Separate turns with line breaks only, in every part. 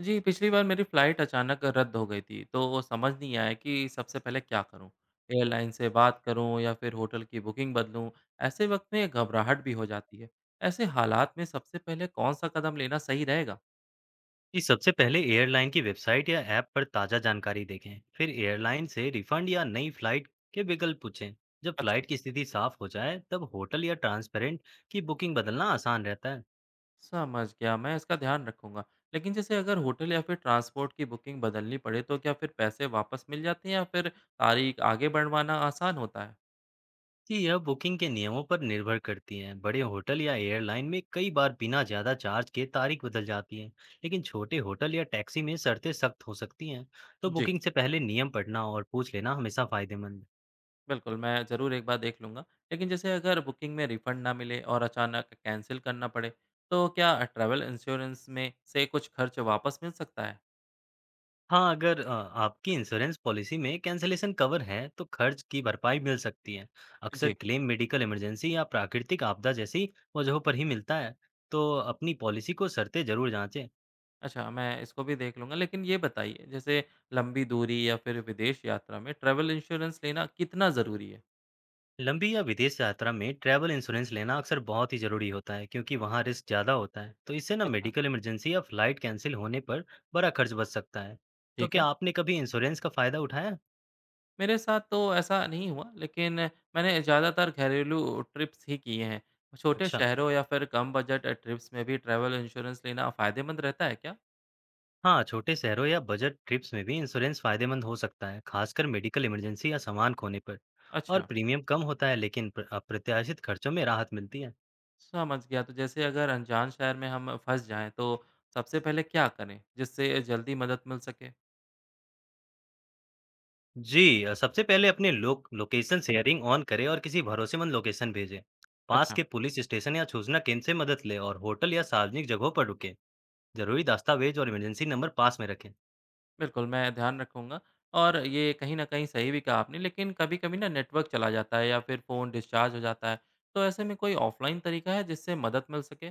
जी, पिछली बार मेरी फ़्लाइट अचानक रद्द हो गई थी, तो वो समझ नहीं आया कि सबसे पहले क्या करूँ? एयरलाइन से बात करूँ या फिर होटल की बुकिंग बदलूँ? ऐसे वक़्त में घबराहट भी हो जाती है। ऐसे हालात में सबसे पहले कौन-सा कदम लेना सही रहेगा?
जी, सबसे पहले एयरलाइन की वेबसाइट या ऐप पर ताज़ा जानकारी देखें। फिर एयरलाइन से रिफंड या नई फ्लाइट के विकल्प पूछें। जब
अच्छा।
फ्लाइट की स्थिति साफ हो जाए, तब होटल या ट्रांसपेरेंट की बुकिंग बदलना आसान रहता है।
समझ गया, मैं इसका ध्यान रखूँगा। लेकिन जैसे अगर होटल या फिर ट्रांसपोर्ट की बुकिंग बदलनी पड़े, तो क्या फिर पैसे वापस मिल जाते हैं या फिर तारीख आगे बढ़वाना आसान होता है?
जी, यह बुकिंग के नियमों पर निर्भर करती है। बड़े होटल या एयरलाइन में कई बार बिना ज़्यादा चार्ज के तारीख बदल जाती है, लेकिन छोटे होटल या टैक्सी में शर्तें सख्त हो सकती हैं। तो
जी।
बुकिंग से पहले नियम पढ़ना और पूछ लेना हमेशा फ़ायदेमंद है।
बिल्कुल, मैं ज़रूर एक बार देख लूँगा। लेकिन जैसे अगर बुकिंग में रिफंड ना मिले और अचानक कैंसल करना पड़े, तो क्या ट्रैवल इंश्योरेंस में से कुछ खर्च वापस मिल सकता है?
हाँ, अगर आपकी इंश्योरेंस पॉलिसी में कैंसलेशन कवर है, तो खर्च की भरपाई मिल सकती है। अक्सर
जी।
क्लेम मेडिकल इमरजेंसी या प्राकृतिक आपदा जैसी वजहों पर ही मिलता है। तो अपनी पॉलिसी को शर्तें ज़रूर जांचें।
अच्छा, मैं इसको भी देख लूँगा। लेकिन ये बताइए, जैसे लंबी दूरी या फिर विदेश यात्रा में ट्रैवल इंश्योरेंस लेना कितना ज़रूरी है?
लंबी या विदेश यात्रा में ट्रैवल इंश्योरेंस लेना अक्सर बहुत ही ज़रूरी होता है, क्योंकि वहाँ रिस्क ज़्यादा होता है। तो इससे ना
अच्छा,
मेडिकल इमरजेंसी या फ्लाइट कैंसिल होने पर बड़ा खर्च बच सकता है। तो
ठीक है।
क्या आपने कभी इंश्योरेंस का फ़ायदा उठाया?
मेरे साथ तो ऐसा नहीं हुआ, लेकिन मैंने ज़्यादातर घरेलू ट्रिप्स ही किए हैं। छोटे
अच्छा।
शहरों या फिर कम बजट ट्रिप्स में भी ट्रैवल इंश्योरेंस लेना फ़ायदेमंद रहता है क्या?
हाँ, छोटे शहरों या बजट ट्रिप्स में भी इंश्योरेंस फायदेमंद हो सकता है, खासकर मेडिकल इमरजेंसी या सामान खोने पर। और
अच्छा।
प्रीमियम कम होता है, लेकिन अप्रत्याशित खर्चों में राहत मिलती है।
समझ गया। तो जैसे अगर अनजान शहर में हम फँस जाएँ तो सबसे पहले क्या करें जिससे जल्दी मदद मिल सके?
जी, सबसे पहले अपने लोकेशन शेयरिंग ऑन करें और किसी भरोसेमंद लोकेशन भेजें। पास
अच्छा।
के पुलिस स्टेशन या सूचना केंद्र से मदद लें और होटल या सार्वजनिक जगहों पर रुकें। जरूरी दस्तावेज और इमरजेंसी नंबर पास में रखें।
बिल्कुल, मैं ध्यान रखूँगा और ये कहीं न कहीं सही भी कहा आपने लेकिन कभी-कभी ना नेटवर्क चला जाता है या फिर फ़ोन डिस्चार्ज हो जाता है। तो ऐसे में कोई ऑफ़लाइन तरीका है जिससे मदद मिल सके?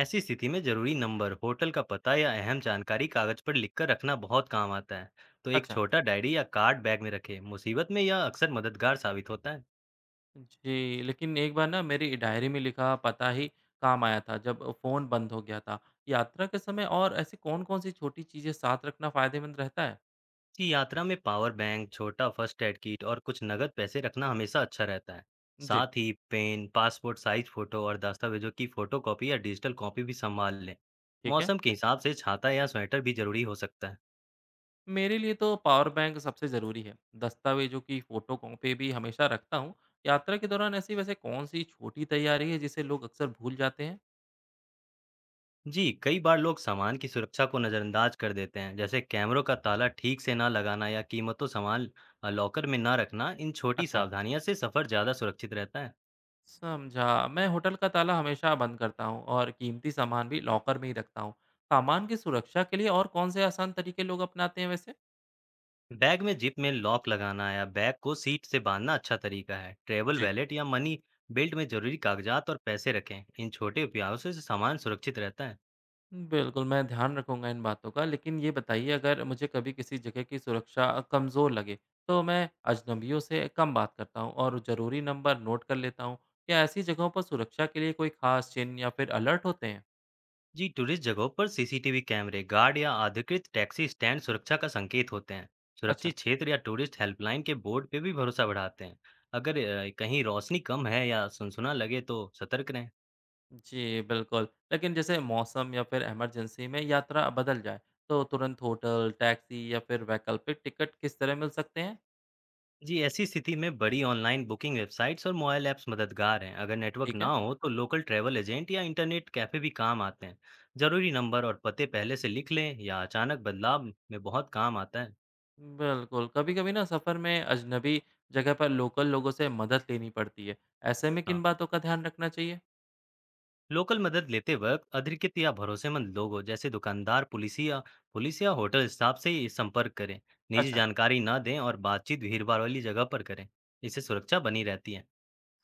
ऐसी स्थिति में जरूरी नंबर, होटल का पता या अहम जानकारी कागज पर लिखकर रखना बहुत काम आता है। तो एक
अच्छा।
छोटा डायरी या कार्ड बैग में रखें। मुसीबत में यह अक्सर मददगार साबित होता है।
जी, लेकिन एक बार ना मेरी डायरी में लिखा पता ही काम आया था जब फ़ोन बंद हो गया था। यात्रा के समय और ऐसी कौन-कौन सी छोटी चीज़ें साथ रखना फ़ायदेमंद रहता है?
कि यात्रा में पावर बैंक, छोटा फर्स्ट एड किट और कुछ नगद पैसे रखना हमेशा अच्छा रहता है।
जी।
साथ ही पेन, पासपोर्ट साइज फोटो और दस्तावेजों की फोटो कॉपी या डिजिटल कॉपी भी संभाल लें।
ठीक है।
मौसम के हिसाब से छाता या स्वेटर भी जरूरी हो सकता है।
मेरे लिए तो पावर बैंक सबसे ज़रूरी है। दस्तावेज़ों की फ़ोटो कॉपी भी हमेशा रखता हूँ। यात्रा के दौरान ऐसी वैसे कौन-सी छोटी तैयारी है जिसे लोग अक्सर भूल जाते हैं?
जी, कई बार लोग सामान की सुरक्षा को नज़रअंदाज कर देते हैं, जैसे कैमरों का ताला ठीक से ना लगाना या कीमती सामान लॉकर में ना रखना। इन छोटी
अच्छा
सावधानियों से सफ़र ज़्यादा सुरक्षित रहता है।
समझा। मैं होटल का ताला हमेशा बंद करता हूँ और कीमती सामान भी लॉकर में ही रखता हूँ। सामान की सुरक्षा के लिए और कौन से आसान तरीके लोग अपनाते हैं वैसे?
बैग में ज़िप में लॉक लगाना या बैग को सीट से बाँधना अच्छा तरीका है। ट्रैवल
जी
वॉलेट या मनी बेल्ट में ज़रूरी कागज़ात और पैसे रखें। इन छोटे उपायों से सामान सुरक्षित रहता है।
बिल्कुल, मैं ध्यान रखूँगा इन बातों का। लेकिन ये बताइए अगर मुझे कभी किसी जगह की सुरक्षा कमज़ोर लगे, तो मैं अजनबियों से कम बात करता हूँ और ज़रूरी नंबर नोट कर लेता हूँ। क्या ऐसी जगहों पर सुरक्षा के लिए कोई ख़ास चिन्ह या फिर अलर्ट होते हैं?
जी, टूरिस्ट जगहों पर सीसीटीवी कैमरे, गार्ड या अधिकृत टैक्सी स्टैंड सुरक्षा का संकेत होते हैं।
अच्छा
सुरक्षित क्षेत्र या टूरिस्ट हेल्पलाइन के बोर्ड पे भी भरोसा बढ़ाते हैं। अगर कहीं रोशनी कम है या सुनसुना लगे तो सतर्क रहें।
जी, बिल्कुल। लेकिन जैसे मौसम या फिर इमरजेंसी में यात्रा बदल जाए, तो तुरंत होटल, टैक्सी या फिर वैकल्पिक टिकट किस तरह मिल सकते हैं?
जी, ऐसी स्थिति में बड़ी ऑनलाइन बुकिंग वेबसाइट्स और मोबाइल ऐप्स मददगार हैं। अगर नेटवर्क
ठीक
ना
है।
हो तो लोकल ट्रैवल एजेंट या इंटरनेट कैफे भी काम आते हैं। जरूरी नंबर और पते पहले से लिख लें या अचानक बदलाव में बहुत काम आता
बिल्कुल, कभी-कभी ना सफ़र में अजनबी जगह पर लोकल लोगों से मदद लेनी पड़ती है, ऐसे में
है।
किन बातों का ध्यान रखना चाहिए?
लोकल मदद लेते वक्त अधिकृत या भरोसेमंद लोगों जैसे दुकानदार, पुलिस या होटल स्टाफ से ही संपर्क करें। निजी
अच्छा।
जानकारी ना दें और बातचीत भीड़-भाड़ वाली जगह पर करें। इससे सुरक्षा बनी रहती है।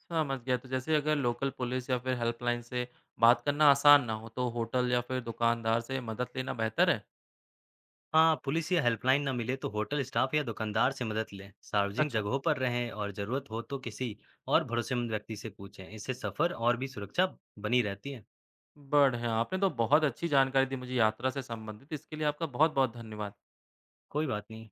समझ गया, तो जैसे अगर लोकल पुलिस या फिर हेल्पलाइन से बात करना आसान ना हो, तो होटल या फिर दुकानदार से मदद लेना बेहतर है?
हाँ, पुलिस या हेल्पलाइन ना मिले तो होटल स्टाफ या दुकानदार से मदद लें। सार्वजनिक
अच्छा।
जगहों पर रहें और जरूरत हो तो किसी और भरोसेमंद व्यक्ति से पूछें। इससे सफर और भी सुरक्षा बनी रहती है।
बढ़िया, आपने तो बहुत अच्छी जानकारी दी मुझे यात्रा से संबंधित, इसके लिए आपका बहुत-बहुत धन्यवाद।
कोई बात नहीं।